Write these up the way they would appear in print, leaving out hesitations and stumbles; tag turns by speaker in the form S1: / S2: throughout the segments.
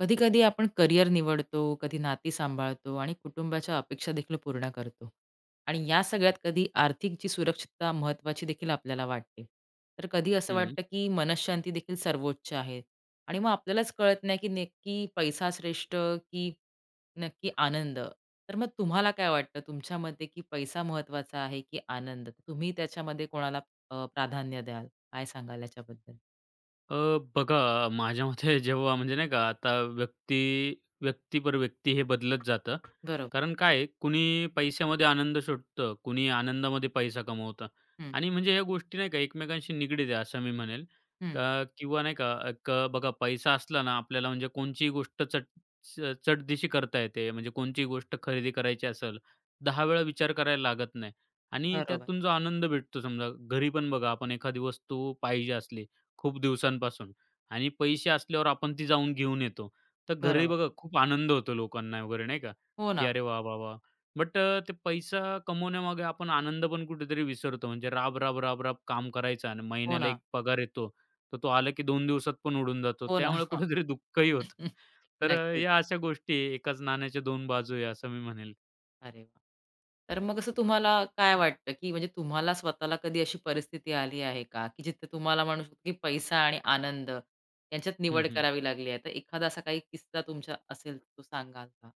S1: कधी-कधी आपण करिअर निवडतो, कधी नाती सांभाळतो आणि कुटुंबाच्या अपेक्षा देखील पूर्ण करतो. आणि या सगळ्यात कधी आर्थिक जी सुरक्षितता महत्वाची देखील आपल्याला वाटते. तर कधी असं
S2: हं.
S1: वाटतं, की मनःशांती देखील सर्वोच्च आहे. आणि मग आपल्यालाच कळत नाही, की नक्की पैसा श्रेष्ठ, की नक्की आनंद? तर मग तुम्हाला काय वाटतं, तुमच्या मते, की पैसा महत्त्वाचा आहे, की आनंद? तुम्ही त्याच्यामध्ये कोणाला प्राधान्य द्याल? काय सांगाल याच्याबद्दल?
S2: अ, बघा, माझ्या मते जेव्हा म्हणजे नाही का आता व्यक्ती व्यक्ती पर व्यक्ती हे बदलत जातं.
S1: बरोबर.
S2: कारण काय आहे, कुणी पैशामध्ये आनंद शोधतं, कुणी आनंदामध्ये पैसा कमवतं
S1: हं,
S2: आणि म्हणजे ह्या गोष्टी नाही का एकमेकांशी निगडीत आहे असं मी म्हणेल.
S1: हं.
S2: का किंवा नाही का एक बघा, पैसा असला ना आपल्याला म्हणजे कोणचीही गोष्ट चट च चटदिशी करता येते. म्हणजे कोणचीही गोष्ट खरेदी करायची असेल, 10 वेळा विचार करायला लागत नाही आणि
S1: बरोबर,
S2: त्यातून जो आनंद भेटतो समजा घरी पण बघा आपण एखादी वस्तू पाहिजे असली खूप दिवसांपासून आणि पैसे असल्यावर आपण ती जाऊन घेऊन येतो. तर घरी
S1: बरोबर.
S2: बघा खूप आनंद होतो लोकांना वगैरे नाही का,
S1: हो
S2: की
S1: ना,
S2: "अरे वाह, वाह, वाह!" बट ते पैसा कमवण्यामागे आपण आनंद पण कुठेतरी विसरतो. म्हणजे राब, राब, राब, राब काम करायचं आणि
S1: हो
S2: महिन्याला
S1: ना.
S2: एक पगार येतो. तर तो आला की 2 दिवसात पण उडून जातो.
S1: हो ना.
S2: त्यामुळे कुठेतरी दुःखही होतं.
S1: हां.
S2: तर
S1: नक्कीच.
S2: या अशा गोष्टी आहे. एकाच नाण्याच्या 2 बाजू आहे असं मी म्हणेल.
S1: अरे वा, तर मग असं तुम्हाला काय वाटतं, की म्हणजे तुम्हाला स्वतःला कधी अशी परिस्थिती आली आहे का, की जिथे तुम्हाला म्हणू शकतो, की पैसा आणि आनंद यांच्यात
S2: हं,
S1: निवड
S2: हं.
S1: करावी लागली आहे? तर एखादा असा काही किस्सा तुमचा असेल तर तो सांगाल का?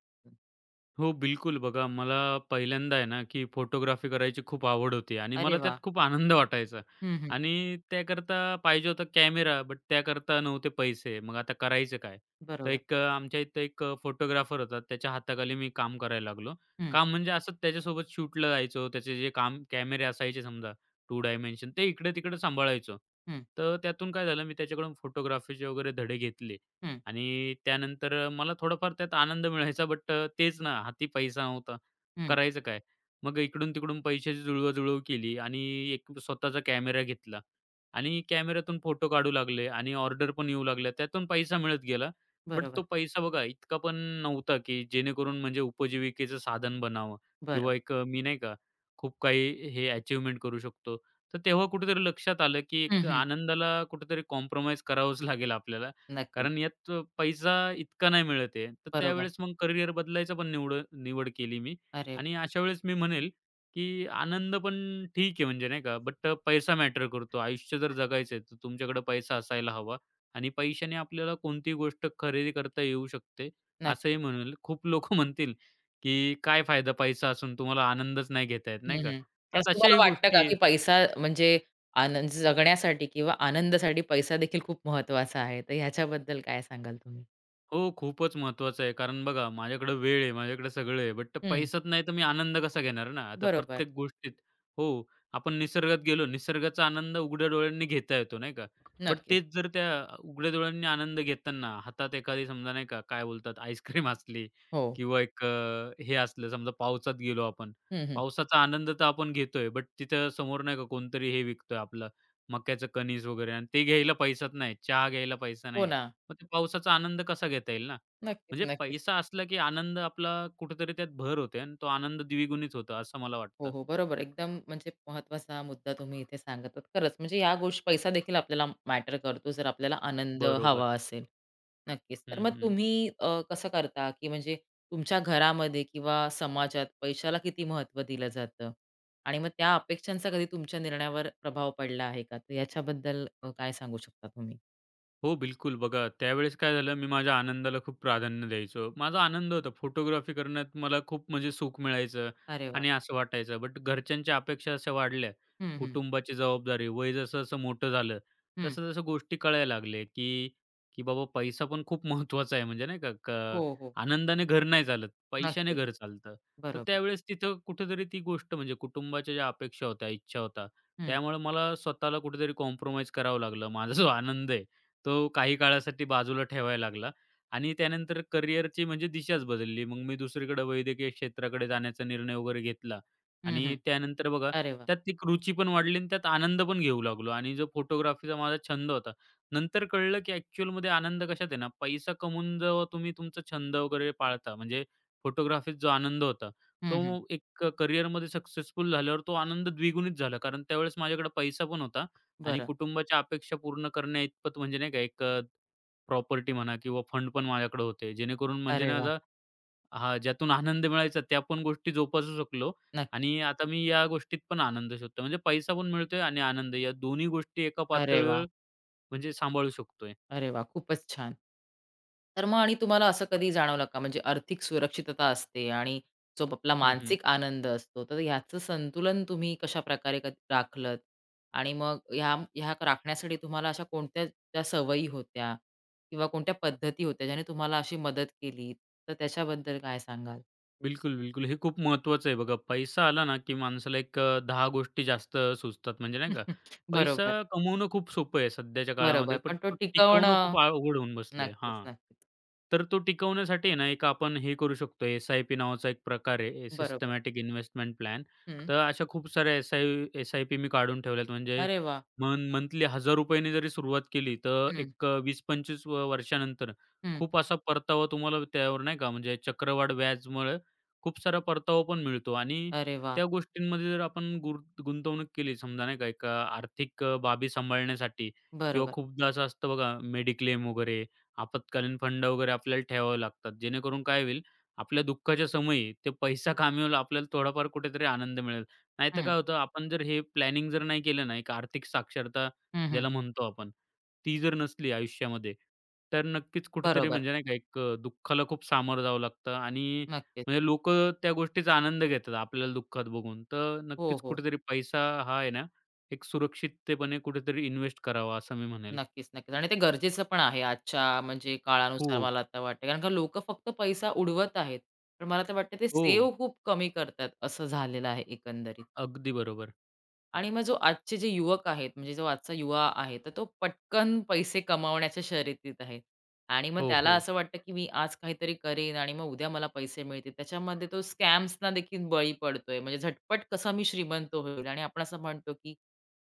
S2: हो, बिलकुल. बघा, मला पहिल्यांदा आहे ना, की फोटोग्राफी करायची खूप आवड होती आणि
S1: अरे
S2: मला
S1: वाह!
S2: त्यात खूप आनंद वाटायचा
S1: हं, हं.
S2: आणि त्याकरता पाहिजे होता कॅमेरा, बट त्याकरता नव्हते पैसे. मग आता करायचं काय? तर
S1: बरोबर.
S2: एक आमच्या इथं एक फोटोग्राफर होता. त्याच्या हाताखाली मी काम करायला लागलो.
S1: हं,
S2: काम म्हणजे असंच त्याच्यासोबत शूटला जायचो. त्याचे जे काम कॅमेरे असायचे समजा 2 डायमेन्शन ते इकडे-तिकडे सांभाळायचो.
S1: हं,
S2: तर त्यातून काय झालं, मी त्याच्याकडून फोटोग्राफीचे वगैरे धडे घेतले.
S1: हं,
S2: आणि त्यानंतर मला थोडाफार त्यात आनंद मिळायचा बट तेच ना हाती पैसा नव्हता.
S1: हं.
S2: करायचं काय? मग इकडून-तिकडून पैशाची जुळवाजुळव केली आणि एक स्वतःचा कॅमेरा घेतला आणि कॅमेऱ्यातून फोटो काढू लागले आणि ऑर्डर पण येऊ लागल्या. त्यातून पैसा मिळत गेला. बट
S1: बरोबर.
S2: तो पैसा बघा इतका पण नव्हता, की जेणेकरून म्हणजे उपजीविकेचं साधन बनावं
S1: बरं.
S2: किंवा एक मी नाही का खूप काही हे अचीव्हमेंट करू शकतो. तर तेव्हा कुठेतरी लक्षात आलं, की
S1: हं,
S2: एक
S1: हं.
S2: आनंदाला कुठेतरी कॉम्प्रोमाईज करावंच लागेल आपल्याला.
S1: नक्कीच.
S2: कारण यात पैसा इतका नाही मिळत आहे. तर
S1: बरोबर.
S2: त्यावेळेस मग करियर बदलायचं पण निवड निवड केली मी
S1: अरे वाह!
S2: आणि अशा वेळेस मी म्हणेल, की आनंद पण ठीक आहे म्हणजे नाही का, बट पैसा मॅटर करतो. आयुष्य जर जगायचं आहे, तर तुमच्याकडे पैसा असायला हवा आणि पैशाने आपल्याला कोणतीही गोष्ट खरेदी करता येऊ शकते, असंही
S1: नक्कीच.
S2: म्हणेल. खूप लोकं म्हणतील, की "काय फायदा पैसा असून तुम्हाला आनंदच नाही घेता येत." नाही
S1: हं,
S2: का?
S1: हं. पण
S2: तर
S1: असं तुम्हाला
S2: तशाही
S1: वाटतं का,
S2: गोष्टी
S1: की पैसा म्हणजे आनंद जगण्यासाठी किंवा आनंदासाठी पैसा देखील खूप महत्त्वाचा आहे. तर ह्याच्याबद्दल काय सांगाल तुम्ही?
S2: हो, खूपच महत्त्वाचं आहे. कारण बघा माझ्याकडे वेळ आहे, माझ्याकडे सगळं आहे. बट
S1: हं.
S2: पैसाच नाही तर मी आनंद कसा घेणार ना? आता
S1: बरोबर.
S2: प्रत्येक गोष्टीत हो, आपण निसर्गात गेलो, निसर्गाचा आनंद उघड्या डोळ्यांनी घेता येतो, नाही का? बट
S1: नक्कीच.
S2: तेच जर त्या उघड्या डोळ्यांनी आनंद घेताना हातात एखादी समजा नाही का, काय बोलतात आईस्क्रीम असली
S1: हो.
S2: किंवा एक हे असलं समजा पावसात गेलो आपण.
S1: हं, हं.
S2: पावसाचा आनंद तर आपण घेतोय, बट तिथं समोर नाही का कोणतरी हे विकतोय आपलं मक्याचं कणीस वगैरे आणि ते घ्यायला पैसाच नाही, चहा घ्यायला पैसा
S1: हो
S2: नाही.
S1: ना.
S2: मग ते पावसाचा आनंद कसा घेता येईल ना?
S1: नक्कीच,
S2: म्हणजे
S1: नक्कीच.
S2: पैसा असला, की आनंद आपला कुठेतरी त्यात भर होते आणि तो आनंद द्विगुणित होतो असं मला
S1: हो,
S2: वाटतं.
S1: हो. बरोबर. एकदम म्हणजे महत्त्वाचा मुद्दा तुम्ही इथे सांगत आहात. खरंच म्हणजे या गोष्टी पैसा देखील आपल्याला मॅटर करतो, जर आपल्याला आनंद
S2: बरोबर.
S1: हवा असेल. नक्कीच. तर
S2: हं,
S1: मग
S2: हं.
S1: तुम्ही कसं करता, की म्हणजे तुमच्या घरामध्ये किंवा समाजात पैशाला किती महत्त्व दिलं जातं? आणि मग त्या अपेक्षांचा कधी तुमच्या निर्णयावर प्रभाव पडला आहे का? तर याच्याबद्दल काय सांगू शकता तुम्ही?
S2: हो, बिलकुल. बघा, त्यावेळेस काय झालं, मी माझ्या आनंदाला खूप प्राधान्य द्यायचो. माझा आनंद होता. फोटोग्राफी करण्यात मला खूप म्हणजे सुख मिळायचं
S1: अरे वा,
S2: आणि असं वाटायचं. बट घरच्यांच्या अपेक्षा अशा वाढल्या,
S1: हं, हं.
S2: कुटुंबाची जबाबदारी, वय जसं-जसं मोठं झालं,
S1: हं.
S2: तसं-तसं गोष्टी कळायला लागल्या, की की बाबा पैसा पण खूप महत्त्वाचा आहे. म्हणजे नाही का, क
S1: हो, हो.
S2: आनंदाने घर नाही चालत, पैशाने
S1: नक्कीच.
S2: घर चालतं. तर
S1: बरोबर.
S2: त्यावेळेस तिथं कुठेतरी ती गोष्ट म्हणजे कुटुंबाच्या ज्या अपेक्षा होत्या, इच्छा होत्या,
S1: हं.
S2: त्यामुळे मला स्वतःला कुठेतरी कॉम्प्रोमाईज करावं लागलं. माझा जो आनंद आहे तो काही काळासाठी बाजूला ठेवायला लागला आणि त्यानंतर करिअरची म्हणजे दिशाच बदलली. मग मी दुसरीकडे वैद्यकीय क्षेत्राकडे जाण्याचा निर्णय वगैरे घेतला
S1: हं,
S2: आणि
S1: हं.
S2: त्यानंतर बघा,
S1: अरे वाह!
S2: त्यात एक रुची पण वाढली आणि त्यात आनंद पण घेऊ लागलो आणि जो फोटोग्राफीचा माझा छंद होता. नंतर कळलं, की ॲक्चुअलमध्ये आनंद कशात आहे ना, पैसा कमवून जेव्हा तुम्ही तुमचा छंद वगैरे पाळता, म्हणजे फोटोग्राफीत जो आनंद होता,
S1: हं, हं.
S2: तो एक करिअरमध्ये सक्सेसफुल झाल्यावर तो आनंद द्विगुणित झाला. कारण त्यावेळेस माझ्याकडे पैसा पण होता आणि
S1: बरं.
S2: कुटुंबाच्या अपेक्षा पूर्ण करण्याइतपत म्हणजे नाही का एक प्रॉपर्टी म्हणा किंवा फंड पण माझ्याकडे होते. जेणेकरून म्हणजे
S1: अरे
S2: ना
S1: वाह!
S2: आता हां, ज्यातून आनंद मिळायचा त्या पण गोष्टी जोपासू शकलो
S1: नक्की.
S2: आणि आता मी या गोष्टीत पण आनंद शोधतो. म्हणजे पैसा पण मिळतोय आणि आनंद या दोन्ही गोष्टी एका
S1: अरे वाह!
S2: पातळीवर म्हणजे सांभाळू शकतोय.
S1: अरे वा, खूपच छान. तर मग आणि तुम्हाला असं कधी जाणवलं का म्हणजे आर्थिक सुरक्षितता असते आणि जो आपला मानसिक आनंद असतो, तर ह्याचं संतुलन तुम्ही कशा कशाप्रकारे क राखलत? आणि मग ह्या ह्या राखण्यासाठी तुम्हाला अशा कोणत्या त्या सवयी होत्या किंवा कोणत्या पद्धती होत्या ज्याने तुम्हाला अशी मदत केली? तर त्याच्याबद्दल काय सांगाल?
S2: बिलकुल, बिलकुल. हे खूप महत्त्वाचं आहे बघा. पैसा आला ना, की माणसाला एक 10 गोष्टी जास्त सुचतात म्हणजे नाही का. पैसा
S1: बरोबर,
S2: कमवणं खूप सोपं आहे सध्याच्या
S1: बरोबर.
S2: काळामध्ये, पण
S1: पण तो
S2: तो टिकवणं
S1: टिकवणं
S2: खूप अवघड होऊन बसलंय.
S1: नक्कीच,
S2: हां.
S1: नक्कीच.
S2: तर तो टिकवण्यासाठी आहे ना, एक आपण हे करू शकतो, एस-आय-पी नावाचा एक प्रकार आहे,
S1: बरोबर.
S2: Systematic investment plan.
S1: हं.
S2: तर अशा खूप साऱ्या एस-आय-पी मी काढून ठेवल्यात. म्हणजे
S1: अरे वाह!
S2: मन मंथली ₹1000 ने जरी सुरुवात केली, तर
S1: हं,
S2: एक 20-25 व वर्षानंतर
S1: हं.
S2: खूप असा परतावा तुम्हाला त्यावर नाही का, म्हणजे चक्रवाढ व्याजमुळे खूप सारा परतावा पण मिळतो आणि
S1: अरे वाह!
S2: त्या गोष्टींमध्ये जर आपण गुंतवणूक केली समजा नाही का एक आर्थिक बाबी सांभाळण्यासाठी किंवा
S1: बरोबर.
S2: खूपदा असं असतं बघा मेडिक्लेम वगैरे, आपत्कालीन फंड वगैरे आपल्याला ठेवावे लागतात. जेणेकरून काय होईल आपल्या दुःखाच्या समयी ते पैसा कामी येईल आपल्याला थोडाफार कुठेतरी आनंद मिळेल. नाहीतर
S1: हं,
S2: काय होतं आपण जर हे प्लॅनिंग जर नाही केलं ना, एक आर्थिक साक्षरता
S1: हं,
S2: ज्याला म्हणतो आपण, ती जर नसली आयुष्यामध्ये तर नक्कीच कुठेतरी
S1: बरोबर.
S2: म्हणजे नाही का एक दुःखाला खूप सामोरं जावं लागतं आणि
S1: नक्कीच.
S2: म्हणजे लोक त्या गोष्टीचा आनंद घेतात आपल्याला दुःखात बघून. तर
S1: हो,
S2: नक्कीच
S1: हो.
S2: कुठेतरी पैसा हा आहे ना, एक सुरक्षिततेपणे कुठेतरी इन्व्हेस्ट करावा असं मी म्हणेल.
S1: नक्कीच, नक्कीच. आणि ते गरजेचं पण आहे आजच्या म्हणजे काळानुसार
S2: खूप.
S1: मला आता वाटतं. कारण का लोकं फक्त पैसा उडवत आहेत. पण मला तर वाटतं ते
S2: हो.
S1: सेव्ह खूप कमी करतात असं झालेलं आहे एकंदरीत.
S2: अगदी बरोबर.
S1: आणि मग जो आजचे जे युवक आहेत म्हणजे जो आजचा युवा आहे तर तो पटकन पैसे कमावण्याच्या शर्यतीत आहे. आणि मग
S2: हो,
S1: त्याला
S2: हो.
S1: असं वाटतं, की मी आज काहीतरी करेन आणि मग उद्या मला पैसे मिळतील. त्याच्यामध्ये तो स्कॅम्सना देखील बळी पडतोय. म्हणजे झटपट कसा मी श्रीमंत होईल आणि आपण असं म्हणतो, की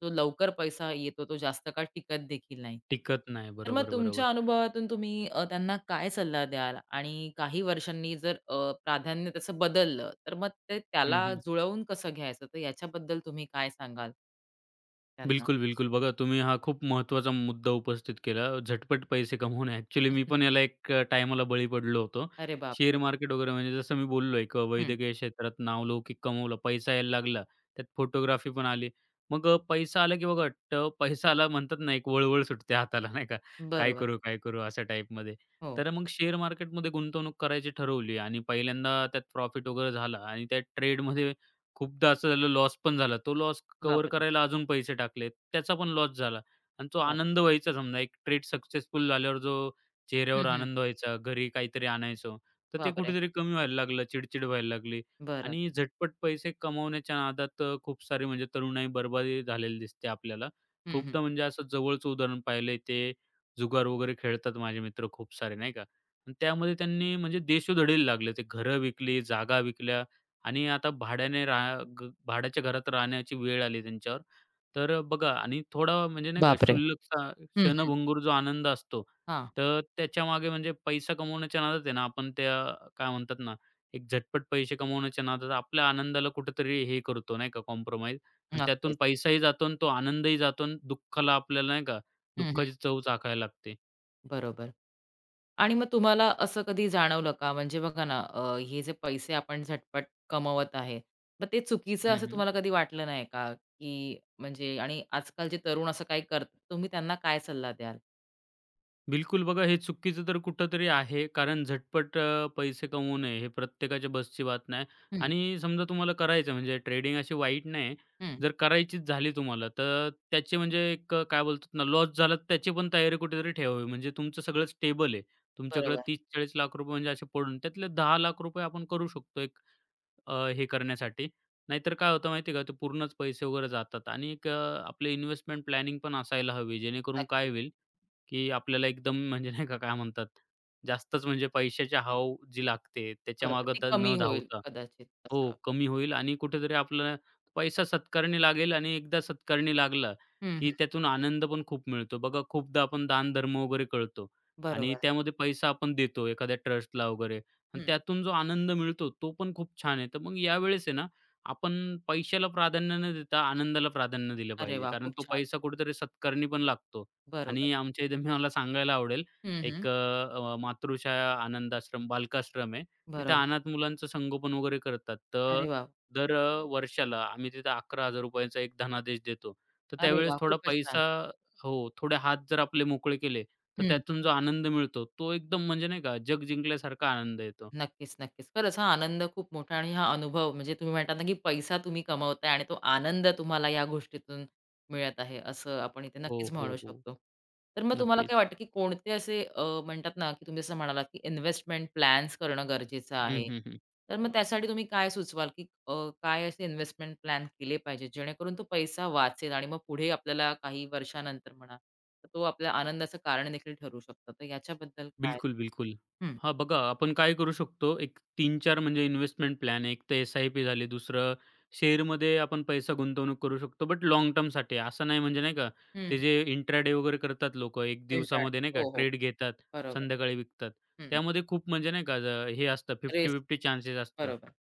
S1: जो लवकर पैसा येतो तो जास्त काळ टिकत देखील नाही.
S2: टिकत नाही.
S1: तर मग
S2: बरोबर, बरोबर.
S1: तुमच्या अनुभवातून तुम्ही त्यांना काय सल्ला द्याल? आणि काही वर्षांनी जर प्राधान्य त्याचं बदललं, तर मग ते
S2: हं,
S1: त्याला
S2: हं.
S1: जुळवून कसं घ्यायचं? तर याच्याबद्दल तुम्ही काय सांगाल? त्यांना.
S2: बिलकुल, बिलकुल. बघा, तुम्ही हा खूप महत्त्वाचा मुद्दा उपस्थित केला. झटपट पैसे कमवणे. ॲक्चुअली मी पण याला एक टायमाला बळी पडलो होतो.
S1: अरे
S2: शेअर
S1: बापरे!
S2: मार्केट वगैरे म्हणजे जसं मी बोललो एक
S1: हं.
S2: वैद्यकीय क्षेत्रात नावलौकिक कमवलं, पैसा यायला लागला, त्यात फोटोग्राफी पण आली. मग पैसा आला की बघा पैसा आला म्हणतात ना, एक वळवळ सुटते हाताला नाही का? काय
S1: बरोबर.
S2: करू, काय करू अशा टाईपमध्ये.
S1: हो.
S2: तर मग शेअर मार्केटमध्ये गुंतवणूक करायची ठरवली आणि पहिल्यांदा त्यात प्रॉफिट वगैरे झाला आणि त्या ट्रेडमध्ये खूपदा असं झालं लॉस पण झाला. तो लॉस कव्हर
S1: बापरे!
S2: करायला अजून पैसे टाकले. त्याचा पण लॉस झाला आणि तो
S1: बापरे!
S2: आनंद व्हायचा समजा एक ट्रेड सक्सेसफुल झाल्यावर जो
S1: हं,
S2: चेहऱ्यावर
S1: हं.
S2: आनंद व्हायचा, घरी काहीतरी आणायचो, तर ते
S1: बापरे!
S2: कुठेतरी कमी व्हायला लागलं, चिड व्हायला लागली
S1: बरं.
S2: आणि झटपट पैसे कमवण्याच्या नादात खूप सारी म्हणजे तरुणाई बरबादी झालेली दिसते आपल्याला.
S1: हं, हं.
S2: खूपदा म्हणजे असं जवळचं उदाहरण पाहिलंय ते जुगार वगैरे खेळतात माझे मित्र खूप सारे नाही का. आणि त्यामध्ये त्यांनी म्हणजे देशोधडीला लागले. ते घरं विकली, जागा विकल्या आणि आता भाड्याने राहा ग भाड्याच्या घरात राहण्याची वेळ आली त्यांच्यावर. तर बघा आणि थोडा म्हणजे नाही का
S1: बापरे!
S2: क्षुल्लकचा
S1: हं, हं.
S2: क्षणभंगूर जो आनंद असतो,
S1: हां.
S2: तर त्याच्यामागे म्हणजे पैसा कमवण्याच्या नादात आहे ना, आपण त्या काय म्हणतात ना, एक झटपट पैसे कमवण्याच्या नादात आपल्या आनंदाला कुठेतरी हे करतो नाही का कॉम्प्रोमाईज आणि त्यातून
S1: नक्कीच.
S2: पैसाही जातो आणि तो आनंदही जातो आणि दुःखाला आपल्याला नाही का
S1: हं, हं.
S2: दुःखाची चव चाखायला लागते.
S1: बरोबर. आणि मग तुम्हाला असं कधी जाणवलं का? म्हणजे बघा ना, हे जे पैसे आपण झटपट कमवत आहे, मग ते चुकीचं असं
S2: हं, हं.
S1: तुम्हाला कधी वाटलं नाही का? की म्हणजे आणि आजकालचे तरुण असं काही करतात, तुम्ही त्यांना काय सल्ला द्याल?
S2: बिलकुल बघा, हे चुकीचं तर कुठेतरी आहे. कारण झटपट पैसे कमवणे हे प्रत्येकाच्या बसची बात नाही
S1: हं,
S2: आणि समजा तुम्हाला करायचं म्हणजे ट्रेडिंग अशी वाईट नाही.
S1: हं.
S2: जर करायचीच झाली तुम्हाला तर त्याची म्हणजे एक काय बोलतात ना लॉस झाला तर त्याची पण तयारी कुठेतरी ठेवावी. म्हणजे तुमचं सगळं स्टेबल आहे. तुमच्याकडे
S1: बरोबर.
S2: ₹30-40 लाख रुपये म्हणजे असे पडून त्यातले ₹10 लाख रुपये आपण करू शकतो हे करण्यासाठी. नाहीतर काय होतं माहिती आहे का, ते पूर्णच पैसे वगैरे जातात आणि एक आपले इन्व्हेस्टमेंट प्लॅनिंग पण असायला हवी. जेणेकरून काय
S1: नक्कीच.
S2: होईल, की आपल्याला एकदम म्हणजे नाही का, काय म्हणतात, जास्तच म्हणजे पैशाची हाव जी लागते
S1: बरोबर.
S2: त्याच्यामागे
S1: ते
S2: तर
S1: कमी
S2: न
S1: होईल
S2: धावता
S1: कदाचित
S2: हो,
S1: असं.
S2: कमी होईल आणि कुठेतरी आपला पैसा सत्कारणी लागेल आणि एकदा सत्कारणी लागला,
S1: हं, हं.
S2: की त्यातून आनंद पण खूप मिळतो. बघा खूपदा आपण दानधर्म वगैरे करतो आणि
S1: बरोबर.
S2: त्यामध्ये पैसा आपण देतो एखाद्या ट्रस्टला वगैरे आणि
S1: हं.
S2: त्यातून जो आनंद मिळतो, तो पण खूप छान आहे. तर मग यावेळेस आहे ना, आपण पैशाला प्राधान्य न देता आनंदाला प्राधान्य दिलं
S1: अरे
S2: पाहिजे.
S1: वाह!
S2: कारण
S1: खूप
S2: तो
S1: छान.
S2: पैसा कुठेतरी सत्कारणी पण लागतो
S1: बरोबर.
S2: आणि आमच्या इथे मला सांगायला आवडेल
S1: हं, हं.
S2: एक मातृछाया आनंद बालकाश्रम आहे. तिथं
S1: बरोबर.
S2: अनाथ मुलांचं संगोपन वगैरे करतात.
S1: अरे
S2: तर
S1: वाह!
S2: दर वर्षाला आम्ही तिथं ₹11,000 एक धनादेश देतो. तर
S1: अरे
S2: त्यावेळेस
S1: वाह!
S2: थोडा
S1: खूपच छान.
S2: पैसा हो, थोडे हात जर आपले मोकळे केले, तर त्यातून जो आनंद मिळतो, तो एकदम म्हणजे नाही का जग जिंकल्यासारखा आनंद येतो.
S1: नक्कीच, नक्कीच. खरंच हा आनंद खूप मोठा आणि हा अनुभव म्हणजे तुम्ही म्हणतात ना, की पैसा तुम्ही कमवताय आणि तो आनंद तुम्हाला या गोष्टीतून मिळत आहे, असं आपण इथे
S2: हो,
S1: नक्कीच
S2: हो,
S1: म्हणू
S2: हो.
S1: शकतो. तर मग तुम्हाला काय
S2: नक्कीच.
S1: वाटतं, की कोणते असे म्हणतात ना, की तुम्ही जसं म्हणालात, की इन्व्हेस्टमेंट प्लॅन्स करणं गरजेचं
S2: हं,
S1: आहे.
S2: हं, हं.
S1: तर मग त्यासाठी तुम्ही काय सुचवाल, की काय असे इन्व्हेस्टमेंट प्लॅन केले पाहिजेत, जेणेकरून तो पैसा वाचेल आणि मग पुढे आपल्याला काही वर्षानंतर म्हणा, तर तो आपल्या आनंदाचं कारण देखील ठरू शकतो. तर याच्याबद्दल काय?
S2: बिलकुल, बिलकुल.
S1: हं,
S2: हां, बघा आपण काय करू शकतो, एक तीन चार म्हणजे इन्व्हेस्टमेंट प्लॅन एक तर एस-आय-पी झाली, दुसरं शेअरमध्ये आपण पैसा गुंतवणूक करू शकतो, बट लाँग टर्मसाठी. असं नाही म्हणजे नाही का, ते
S1: हं.
S2: जे इंट्राडे वगैरे करतात लोकं, एक
S1: कंत्राट.
S2: दिवसामध्ये नाही का
S1: हो, हो.
S2: ट्रेड घेतात,
S1: बरोबर.
S2: संध्याकाळी विकतात.
S1: हं.
S2: त्यामध्ये खूप म्हणजे नाही का, हे असतं
S1: रेस
S2: 50-50 चान्सेस असतं,
S1: बरोबर.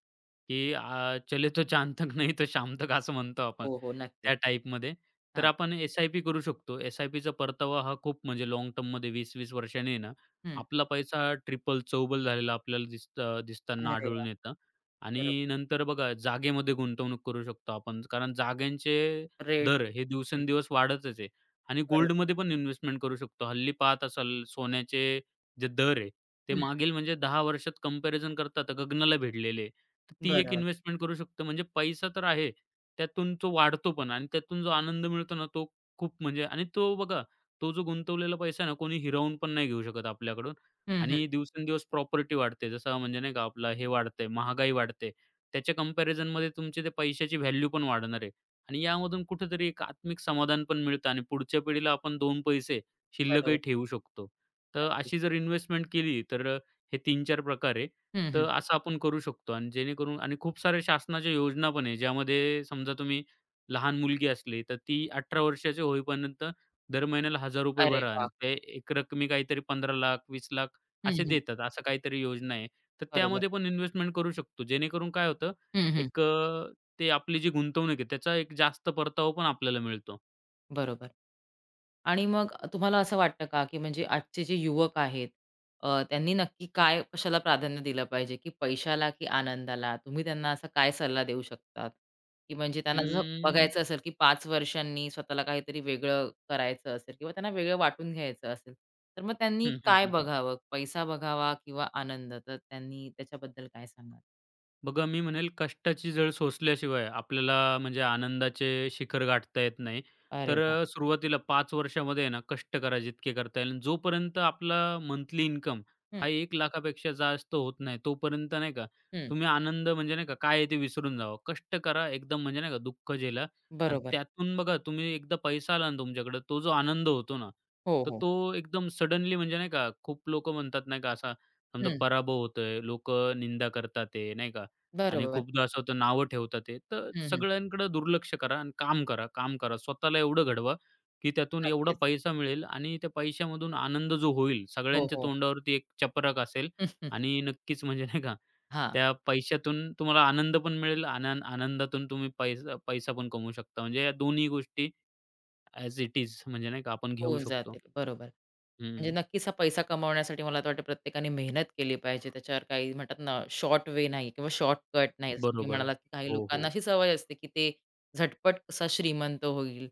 S2: की चले तो चांद तक नहीं तो शाम तक असं म्हणतो आपण,
S1: हो, हो. नक्कीच.
S2: त्या टाईपमध्ये. तर
S1: हां.
S2: आपण एस-आय-पी करू शकतो. एस-आय-पीचा परतावा हा खूप म्हणजे लाँग टर्ममध्ये 20-20 वर्षांनी आहे
S1: हं.
S2: आपला पैसा ट्रिपल, चौबल झालेला आपल्याला दिसताना
S1: अरे वाह!
S2: आढळून येतं.
S1: बरोबर.
S2: आणि नंतर बघा जागेमध्ये गुंतवणूक करू शकतो आपण. कारण जागांचे
S1: रेट.
S2: दर हे
S1: हं.
S2: दिवसेंदिवस वाढतच आहे. आणि
S1: बरोबर.
S2: गोल्डमध्ये पण इन्व्हेस्टमेंट करू शकतो. हल्ली पाहत असाल सोन्याचे जे दर आहे, ते
S1: हं.
S2: मागील म्हणजे 10 वर्षात कंपॅरिझन करता गगनाला भिडलेले आहे. तर ती एक
S1: बरोबर.
S2: इन्व्हेस्टमेंट करू शकतो. म्हणजे पैसा तर आहे, त्यातून तो वाढतो पण आणि त्यातून जो आनंद मिळतो ना, तो खूप म्हणजे आणि तो बघा तो जो गुंतवलेला पैसा आहे ना, कोणी हिरावून पण नाही घेऊ शकत आपल्याकडून
S1: हं, हं.
S2: आणि दिवसेंदिवस प्रॉपर्टी वाढते. जसं म्हणजे नाही का आपला हे वाढतंय, महागाई वाढते. त्याच्या कंपॅरिझनमध्ये तुमची ते पैशाची व्हॅल्यू पण वाढणार आहे आणि यामधून कुठेतरी एक आत्मिक समाधान पण मिळतं आणि पुढच्या पिढीला आपण 2 पैसे शिल्लकही
S1: बरोबर.
S2: ठेवू शकतो. तर
S1: नक्कीच.
S2: अशी जर इन्व्हेस्टमेंट केली तर हे 3-4 प्रकार आहे.
S1: हं,
S2: तर
S1: हं.
S2: असं आपण करू शकतो आणि जेणेकरून आणि खूप साऱ्या शासनाच्या योजना पण आहे, ज्यामध्ये समजा तुम्ही लहान मुलगी असली, तर ती 18 वर्षाची होईपर्यंत दर महिन्याला ₹1000
S1: अरे
S2: भरा
S1: वाह!
S2: आणि ते एकरकमी काहीतरी 15,00,000 ₹20,00,000
S1: हं,
S2: असे
S1: हं.
S2: देतात. असं काहीतरी योजना आहे. तर
S1: बरोबर.
S2: त्यामध्ये पण इन्व्हेस्टमेंट करू शकतो. जेणेकरून काय होतं
S1: हं, हं.
S2: एक ते आपली जी गुंतवणूक आहे त्याचा एक जास्त परतावा पण आपल्याला मिळतो.
S1: बरोबर. आणि मग तुम्हाला असं वाटतं का, की म्हणजे आजचे जे युवक आहेत, त्यांनी नक्की काय कशाला प्राधान्य दिलं पाहिजे, की पैशाला की आनंदाला? तुम्ही त्यांना असा काय सल्ला देऊ शकतात? की म्हणजे त्यांना जसं
S2: अं,
S1: बघायचं असेल, की 5 वर्षांनी स्वतःला काहीतरी वेगळं करायचं असेल किंवा त्यांना वेगळं वाटून घ्यायचं असेल, तर मग त्यांनी
S2: हं, हं,
S1: काय
S2: हं,
S1: बघावं? पैसा बघावा किंवा आनंद? तर त्यांनी त्याच्याबद्दल काय सांगाल?
S2: बघा, मी म्हणेल कष्टाची झळ सोसल्याशिवाय आपल्याला म्हणजे आनंदाचे शिखर गाठता येत नाही.
S1: अरे
S2: तर
S1: वाह!
S2: सुरुवातीला 5 वर्षामध्ये आहे ना, कष्ट करा जितके करता येईल. जोपर्यंत आपला मंथली इन्कम
S1: हं,
S2: हा एक पेक्षा जास्त होत नाही, तोपर्यंत नाही का,
S1: हं.
S2: तुम्ही आनंद म्हणजे नाही का, काय आहे ते विसरून जावा. कष्ट करा एकदम म्हणजे नाही का, दुःख झेला आणि
S1: बरोबर.
S2: त्यातून बघा तुम्ही एकदा पैसा आला ना तुमच्याकडं, तो जो आनंद होतो ना,
S1: हो,
S2: तर
S1: हो.
S2: तो एकदम सडनली म्हणजे नाही का, खूप लोकं म्हणतात नाही का, असा समजा
S1: हं.
S2: पराभव होतोय, लोकं निंदा करतात आहे, नाही का, आणि
S1: बरोबर.
S2: खूपदा असं होतं नावं ठेवतात ते. तर
S1: हं, हं.
S2: सगळ्यांकडे दुर्लक्ष करा आणि काम करा, काम करा. स्वतःला एवढं घडवा, की त्यातून एवढा
S1: नक्कीच.
S2: पैसा मिळेल आणि त्या पैशामधून आनंद जो होईल,
S1: हो,
S2: सगळ्यांच्या
S1: हो.
S2: तोंडावरती एक चपराक असेल आणि नक्कीच म्हणजे नाही का,
S1: हां.
S2: त्या पैशातून तुम्हाला आनंद पण मिळेल. आनंदातून तुम्ही पैसा पैसा पण कमवू शकता. म्हणजे या दोन्ही गोष्टी ॲज इट इज म्हणजे नाही का आपण घेऊ
S1: होऊन
S2: शकतो.
S1: जातील. बरोबर. म्हणजे
S2: हं.
S1: नक्कीच हा पैसा कमावण्यासाठी मला तर वाटतं प्रत्येकाने मेहनत केली पाहिजे. त्याच्यावर काही म्हणतात ना शॉर्ट वे नाही किंवा शॉर्टकट नाही. जसं तुम्ही
S2: बरोबर.
S1: म्हणालात, की काही
S2: हो, हो.
S1: लोकांना अशी सवय असते, की ते झटपट कसा श्रीमंत होईल.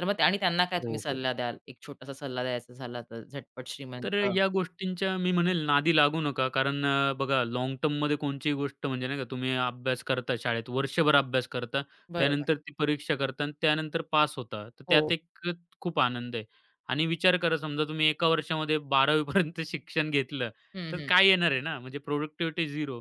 S1: तर मग त्या- आणि त्यांना काय तुम्ही
S2: हो, हो.
S1: सल्ला द्याल? एक छोटासा सल्ला द्यायचा झाला तर झटपट श्रीमंत
S2: तर या गोष्टींच्या मी म्हणेल नादी लागू नका. कारण बघा लाँग टर्ममध्ये कोणतीही गोष्ट म्हणजे नाही का तुम्ही अभ्यास करता शाळेत, वर्षभर अभ्यास करता,
S1: बरोबर.
S2: त्यानंतर ती परीक्षा करता आणि त्यानंतर पास होता. तर
S1: हो.
S2: त्यात एक खूप आनंद आहे. आणि विचार करा समजा तुम्ही एका वर्षामध्ये 12वी शिक्षण घेतलं,
S1: हं,
S2: तर
S1: हं.
S2: काय येणार आहे ना? म्हणजे प्रॉडक्टिव्हिटी 0.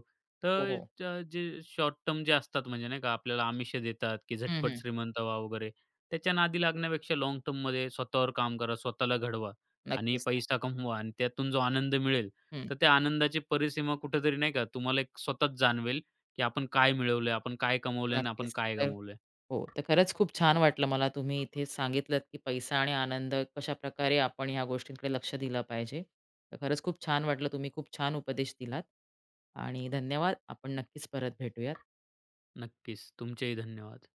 S1: हो,
S2: तर
S1: हो.
S2: जे शॉर्ट टर्म जे असतात म्हणजे नाही का आपल्याला आमिष देतात, की
S1: हं,
S2: झटपट
S1: हं.
S2: श्रीमंत व्हा वगैरे, त्याच्या नादी लागण्यापेक्षा लाँग टर्ममध्ये स्वतःवर काम करा, स्वतःला घडवा. आणि
S1: नक्कीच
S2: पैसा कमवा आणि त्यातून जो आनंद मिळेल, तर त्या आनंदाची परिसीमा कुठेतरी नाही का तुम्हाला एक स्वतःच जाणवेल, की आपण काय मिळवलंय, आपण काय कमवलंय आणि आपण
S1: नक्कीच.
S2: काय
S1: तर
S2: गमावलंय.
S1: हो, तर खरंच खूप छान वाटलं मला तुम्ही इथे सांगितलत, की पैसा आणि आनंद कशाप्रकारे आपण ह्या गोष्टींकडे लक्ष दिलं पाहिजे. तर खरंच खूप छान वाटलं. तुम्ही खूप छान उपदेश दिलात आणि धन्यवाद. आपण नक्कीच परत भेटूयात.
S2: नक्कीच. तुमचेही धन्यवाद.